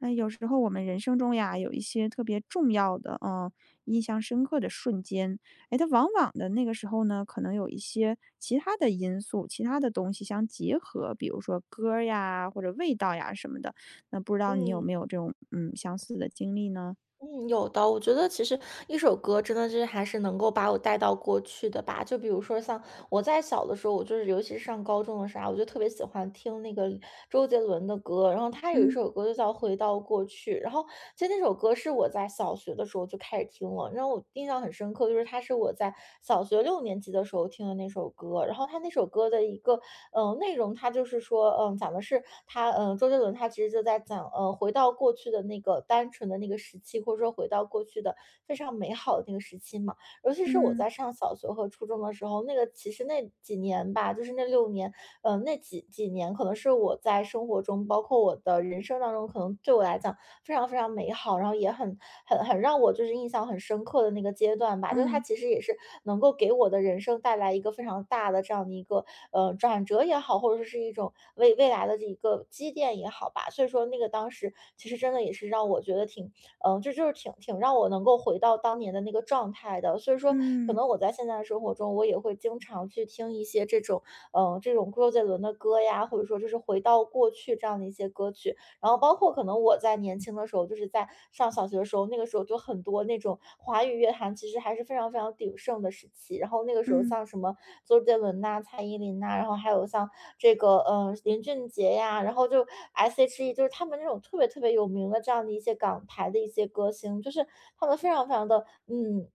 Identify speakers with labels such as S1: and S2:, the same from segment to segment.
S1: 哎，有时候我们人生中呀，有一些特别重要的，印象深刻的瞬间。哎，它往往的那个时候呢，可能有一些其他的因素、其他的东西相结合，比如说歌儿呀，或者味道呀什么的。那不知道你有
S2: 嗯
S1: 没有这种相似的经历呢？
S2: 嗯，有的。我觉得其实一首歌真的就是还是能够把我带到过去的吧。就比如说像我在小的时候，我就是尤其是上高中的时候啊我就特别喜欢听那个周杰伦的歌，然后他有一
S1: 嗯
S2: 首歌就叫《回到过去》，然后其实那首歌是我在小学的时候就开始听了，然后我印象很深刻，就是它是我在小学6年级的时候听的那首歌，然后他那首歌的一个内容它就是说，讲的是周杰伦他其实就在讲，回到过去的那个单纯的那个时期，或者说回到过去的非常美好的那个时期嘛。尤其是我
S1: 嗯
S2: 在上小学和初中的时候，那个其实那几年吧，就是那6年，那几年可能是我在生活中，包括我的人生当中，可能对我来讲非常非常美好，然后也很让我就是印象很深刻的那个阶段吧。就是它
S1: 嗯
S2: 其实也是能够给我的人生带来一个非常大的这样的一个转折也好，或者说是一种为未来的这一个积淀也好吧。所以说那个当时其实真的也是让我觉得挺这就是挺让我能够回到当年的那个状态的。所以说，可
S1: 嗯
S2: 能我在现在的生活中，我也会经常去听一些这种周杰伦的歌呀，或者说就是回到过去这样的一些歌曲。然后包括可能我在年轻的时候，就是在上小学的时候，那个时候就很多那种华语乐坛其实还是非常非常鼎盛的时期。然后那个时候
S1: 嗯。
S2: 像什么周杰伦呐、蔡依林呐、然后还有像林俊杰呀，然后就 S.H.E，就是他们那种特别特别有名的这样的一些港台的一些歌星，就是他们非常非常的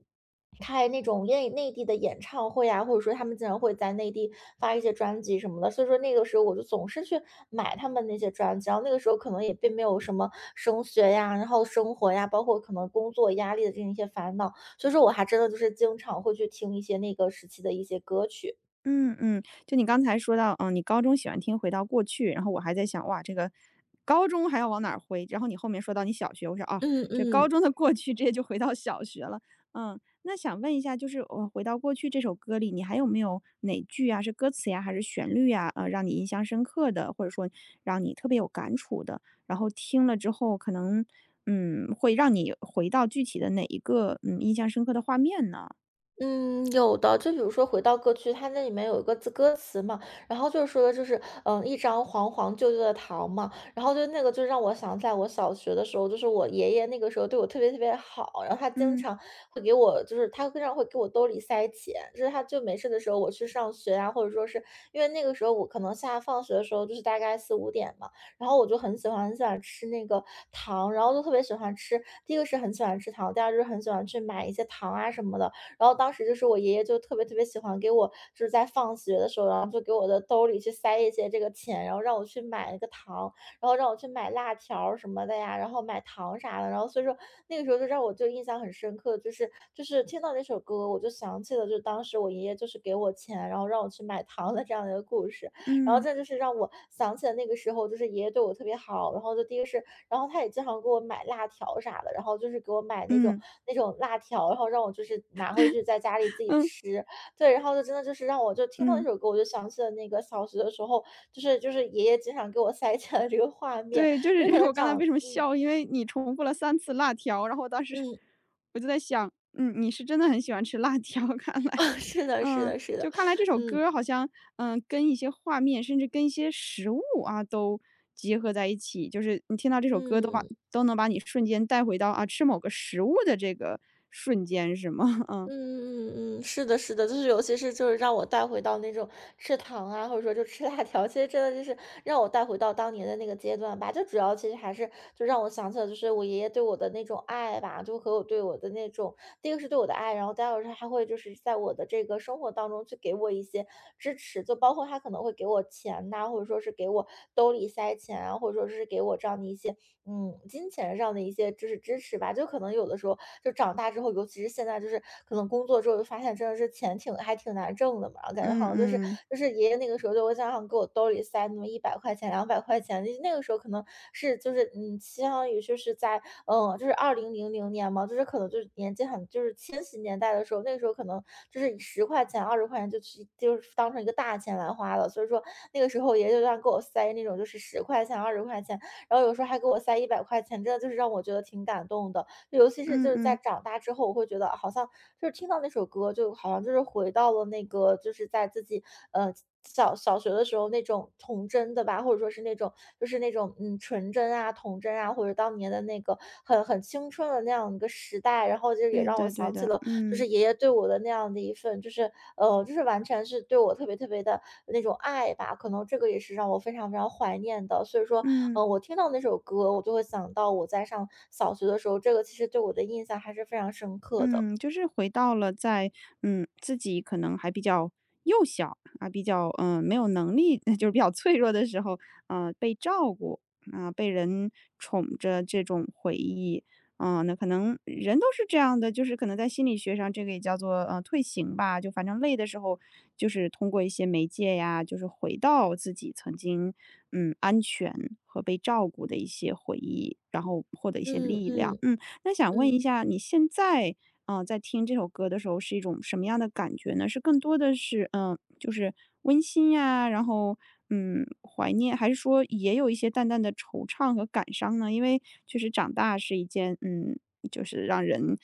S2: 开那种内地的演唱会啊，或者说他们经常会在内地发一些专辑什么的，所以说那个时候我就总是去买他们那些专辑，然后那个时候可能也并没有什么升学呀、然后生活呀、包括可能工作压力的这样一些烦恼，所以说我还真的就是经常会去听一些那个时期的一些歌曲。
S1: 嗯嗯，就你刚才说到，你高中喜欢听《回到过去》，然后我还在想，哇，这个高中还要往哪儿回？然后你后面说到你小学，我说哦，
S2: 嗯
S1: 这高
S2: 嗯。
S1: 中的过去直接就回到小学了。嗯，那想问一下，就是回到过去这首歌里，你还有没有哪句啊，是歌词呀，还是旋律呀，让你印象深刻的，或者说让你特别有感触的？然后听了之后，可能会让你回到具体的哪一个印象深刻的画面呢？
S2: 嗯，有的，就比如说回到歌曲，它那里面有一个字歌词嘛，然后就是说的就是，一张黄黄旧旧的糖嘛，然后就那个就让我想在我小学的时候，就是我爷爷那个时候对我特别特别好，然后他经
S1: 嗯
S2: 常会给我，就是他经常会给我兜里塞钱，就是他就没事的时候我去上学啊，或者说是因为那个时候我可能下放学的时候就是大概4、5点嘛，然后我就很喜欢吃那个糖，然后就特别喜欢吃，第一个是很喜欢吃糖，第二就是很喜欢去买一些糖啊什么的。然后当时就是我爷爷就特别特别喜欢给我，就是在放学的时候，然后就给我的兜里去塞一些这个钱，然后让我去买那个糖，然后让我去买辣条儿什么的呀，然后买糖啥的，然后所以说那个时候就让我就印象很深刻，就是听到那首歌，我就想起了就当时我爷爷就是给我钱，然后让我去买糖的这样的一个故事。然后
S1: 嗯
S2: 这就是让我想起了那个时候，就是爷爷对我特别好，然后就第一个是，然后他也经常给我买辣条啥的，然后就是给我买那种
S1: 嗯
S2: 那种辣条，然后让我就是拿回去在家里自己
S1: 嗯
S2: 吃，对，然后就真的就是让我就听到那
S1: 嗯。
S2: 首歌，我就想起了那个小学的时候，就是爷爷经常给我塞钱的这个画面，
S1: 对，就
S2: 因
S1: 是
S2: 为可 能
S1: 我刚才为什么笑，因为你重复了三次辣条，然后我当时
S2: 嗯，
S1: 就在想，嗯，你是真的很喜欢吃辣条，看来。
S2: 是的，是
S1: 嗯，
S2: 的，是
S1: 就
S2: 的，
S1: 看来这首
S2: 嗯
S1: 歌好像，嗯，跟一些画面，甚至跟一些食物啊，都结合在一起，就是你听到这首歌
S2: 嗯。
S1: 都能把你瞬间带回到，啊，吃某个食物的这个瞬间是吗？
S2: 嗯
S1: 嗯，
S2: 嗯嗯嗯，是的，是的，就是尤其是就是让我带回到那种吃糖啊，或者说就吃辣条，其实真的就是让我带回到当年的那个阶段吧。就主要其实还是就让我想起了就是我爷爷对我的那种爱吧，就和我对我的那种，第一个是对我的爱，然后第二个是他会就是在我的这个生活当中去给我一些支持，就包括他可能会给我钱呐，或者说是给我兜里塞钱啊，或者说是给我这样的一些金钱上的一些就是支持吧，就可能有的时候就长大之后，尤其是现在，就是可能工作之后就发现真的是钱挺还挺难挣的嘛，感觉好
S1: 嗯
S2: 像就是
S1: 嗯，
S2: 就是爷爷那个时候就会经常给我兜里塞那么一百块钱、200块钱，那那个时候可能相当于就是就是2000年嘛，就是可能就是年纪很就是千禧年代的时候，那个时候可能就是以十块钱、二十块钱就去就是当成一个大钱来花了，所以说那个时候爷爷就让给我塞那种就是十块钱、二十块钱。然后有时候还给我塞一百块钱，真的就是让我觉得挺感动的。就尤其是就
S1: 嗯
S2: 是在
S1: 嗯，
S2: 长大之后，我会觉得好像就是听到那首歌，就好像就是回到了那个就是在自己呃。小学的时候那种童真的吧，或者说是那种就是那种纯真啊、童真啊，或者当年的那个很青春的那样一个时代，然后就也
S1: 对
S2: 让
S1: 的
S2: 我
S1: 对
S2: 想起
S1: 的，
S2: 了就
S1: 嗯，
S2: 是爷爷对我的那样的一份，就是完全是对我特别特别的那种爱吧，可能这个也是让我非常非常怀念的。所以说，
S1: 嗯。
S2: 我听到那首歌，我就会想到我在上小学的时候，这个其实对我的印象还是非常深刻的。
S1: 嗯，就是回到了在自己可能还比较幼小啊，比较没有能力，就是比较脆弱的时候，被照顾啊，被人宠着这种回忆。啊，那可能人都是这样的，就是可能在心理学上，这个也叫做退行吧。就反正累的时候，就是通过一些媒介呀，就是回到自己曾经安全和被照顾的一些回忆，然后获得一些
S2: 嗯
S1: 力量。
S2: 嗯
S1: 嗯，那想问一
S2: 嗯，
S1: 下，你现在啊，在听这首歌的时候是一种什么样的感觉呢？是更多的是，就是温馨呀，然后，嗯，怀念，还是说也有一些淡淡的惆怅和感伤呢？因为确实长大是一件，嗯，就是让人，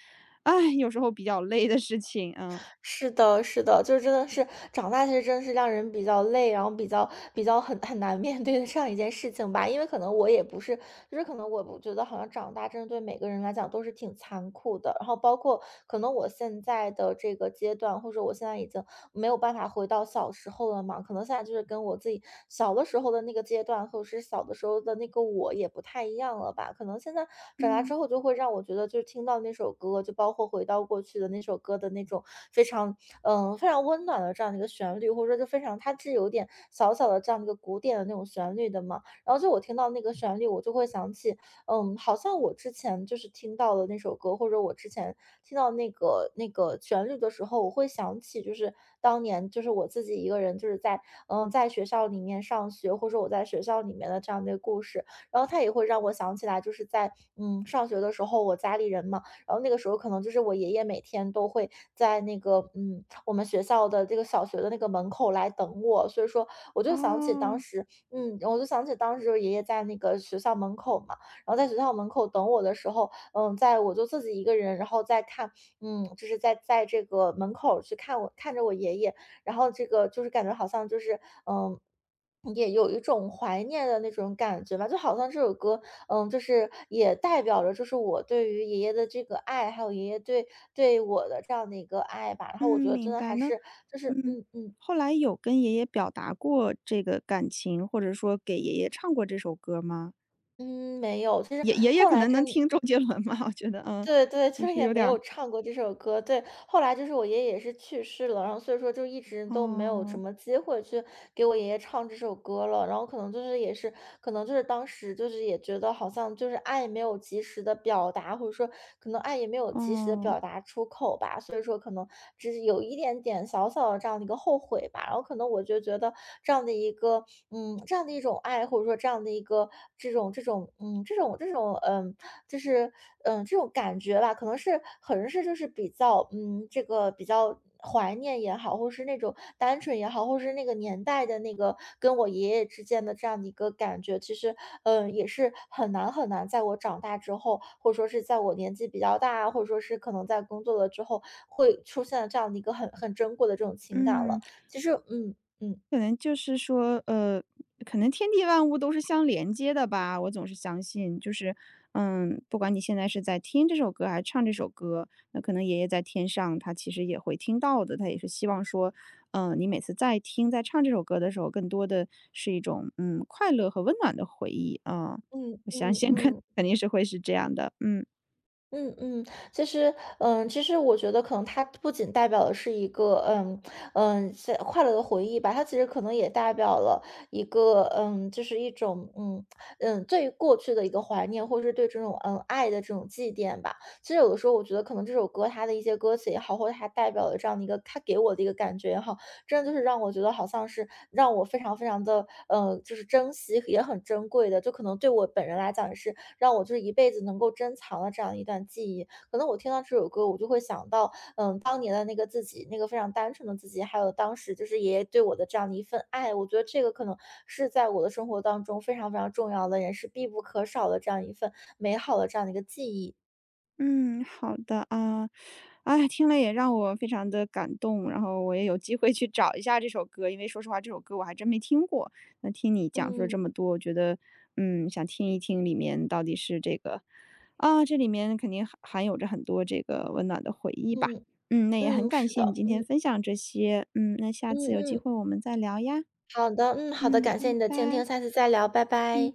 S1: 哎，有时候比较累的事情，嗯
S2: 是的，是的，就是真的是长大，其实真的是让人比较累，然后比较很难面对的这样一件事情吧。因为可能我也不是，就是可能我觉得好像长大真的对每个人来讲都是挺残酷的。然后包括可能我现在的这个阶段，或者说我现在已经没有办法回到小时候了嘛，可能现在就是跟我自己小的时候的那个阶段，或者是小的时候的那个我也不太一样了吧。可能现在长大
S1: 嗯，
S2: 之后，就会让我觉得，就是听到那首歌，就包括回到过去的那首歌的那种非常非常温暖的这样的一个旋律，或者说就非常它是有点小小的这样的一个古典的那种旋律的嘛。然后就我听到那个旋律，我就会想起好像我之前就是听到了那首歌，或者我之前听到那个旋律的时候，我会想起就是当年就是我自己一个人就是在学校里面上学，或者我在学校里面的这样的一个故事，然后它也会让我想起来就是上学的时候，我家里人嘛，然后那个时候可能就是我爷爷每天都会在那个我们学校的这个小学的那个门口来等我，所以说我就想起当
S1: 哦，
S2: 时我爷爷在那个学校门口嘛。然后在学校门口等我的时候，在我就自己一个人，然后再看，就是在这个门口去看我看着我爷爷，然后这个就是感觉好像就是，嗯。也有一种怀念的那种感觉吧，就好像这首歌，就是也代表着就是我对于爷爷的这个爱，还有爷爷对我的这样的一个爱吧。然后我觉
S1: 嗯，
S2: 得真
S1: 明
S2: 的
S1: 白
S2: 还
S1: 呢，
S2: 是就是，
S1: 嗯。
S2: 嗯嗯
S1: 后来有跟爷爷表达过这个感情，或者说给爷爷唱过这首歌吗？
S2: 嗯，没有。其实
S1: 爷爷
S2: 后
S1: 可
S2: 来
S1: 能能
S2: 真
S1: 听周杰伦吧，我觉得，嗯，
S2: 对，就
S1: 也
S2: 是
S1: 是
S2: 也
S1: 有
S2: 没
S1: 点儿，
S2: 有唱过这首歌，对。后来就是我爷爷也是去世了，然后所以说就一直都没有什
S1: 哦，
S2: 么机会去给我爷爷唱这首歌了。然后可能就是也是，可能就是当时就是也觉得好像就是爱没有及时的表达，或者说可能爱也没有及时的
S1: 哦，
S2: 表达出口吧，所以说可能只是有一点点小小的这样的一个后悔吧。然后可能我就觉得这样的一个，这样的一种爱，或者说这样的一个这种这种，嗯，这种这种，嗯，就是这种感觉吧，可能是就是比较，这个比较。怀念也好，或是那种单纯也好，或是那个年代的那个跟我爷爷之间的这样的一个感觉，其实也是很难，在我长大之后，或者说是在我年纪比较大，或者说是可能在工作了之后，会出现这样的一个很珍贵的这种情感
S1: 嗯，
S2: 了。其实，嗯嗯
S1: 可能就是说，可能天地万物都是相连接的吧，我总是相信，就是，嗯，不管你现在是在听这首歌还是唱这首歌，那可能爷爷在天上，他其实也会听到的，他也是希望说，嗯，你每次在听在唱这首歌的时候，更多的是一种，嗯，快乐和温暖的回忆啊，
S2: 嗯
S1: 我相
S2: 嗯
S1: 信 肯
S2: 嗯。
S1: 肯定是会是这样的，嗯。
S2: 嗯嗯，其实，其实我觉得可能它不仅代表的是一个，嗯嗯，是快乐的回忆吧，它其实可能也代表了一个，就是一种，嗯嗯，对于过去的一个怀念，或者是对这种，爱的这种祭奠吧。其实有的时候，我觉得可能这首歌它的一些歌词也好，或者它代表的这样的一个，它给我的一个感觉也好，真的就是让我觉得好像是让我非常的，就是珍惜也很珍贵的，就可能对我本人来讲也是让我就是一辈子能够珍藏的这样一段记忆。可能我听到这首歌，我就会想到，当年的那个自己，那个非常单纯的自己，还有当时就是爷爷对我的这样的一份爱。我觉得这个可能是在我的生活当中非常重要的，也是必不可少的这样一份美好的这样的一个记忆。
S1: 嗯，好的啊，哎，听了也让我非常的感动，然后我也有机会去找一下这首歌，因为说实话，这首歌我还真没听过。那听你讲述了这
S2: 嗯
S1: 么多，我觉得，嗯，想听一听里面到底是这个，啊，这里面肯定含有着很多这个温暖的回忆吧。
S2: 嗯
S1: 嗯，那也很
S2: 嗯，
S1: 感
S2: 是
S1: 谢
S2: 的，
S1: 你今天
S2: 嗯
S1: 分享这些，嗯，那下
S2: 嗯
S1: 次有机
S2: 嗯，
S1: 会我们再聊呀。
S2: 好的，嗯好的，
S1: 嗯，
S2: 感
S1: 拜
S2: 谢你的倾听，
S1: 拜，
S2: 下次再聊，拜
S1: 嗯。
S2: 拜。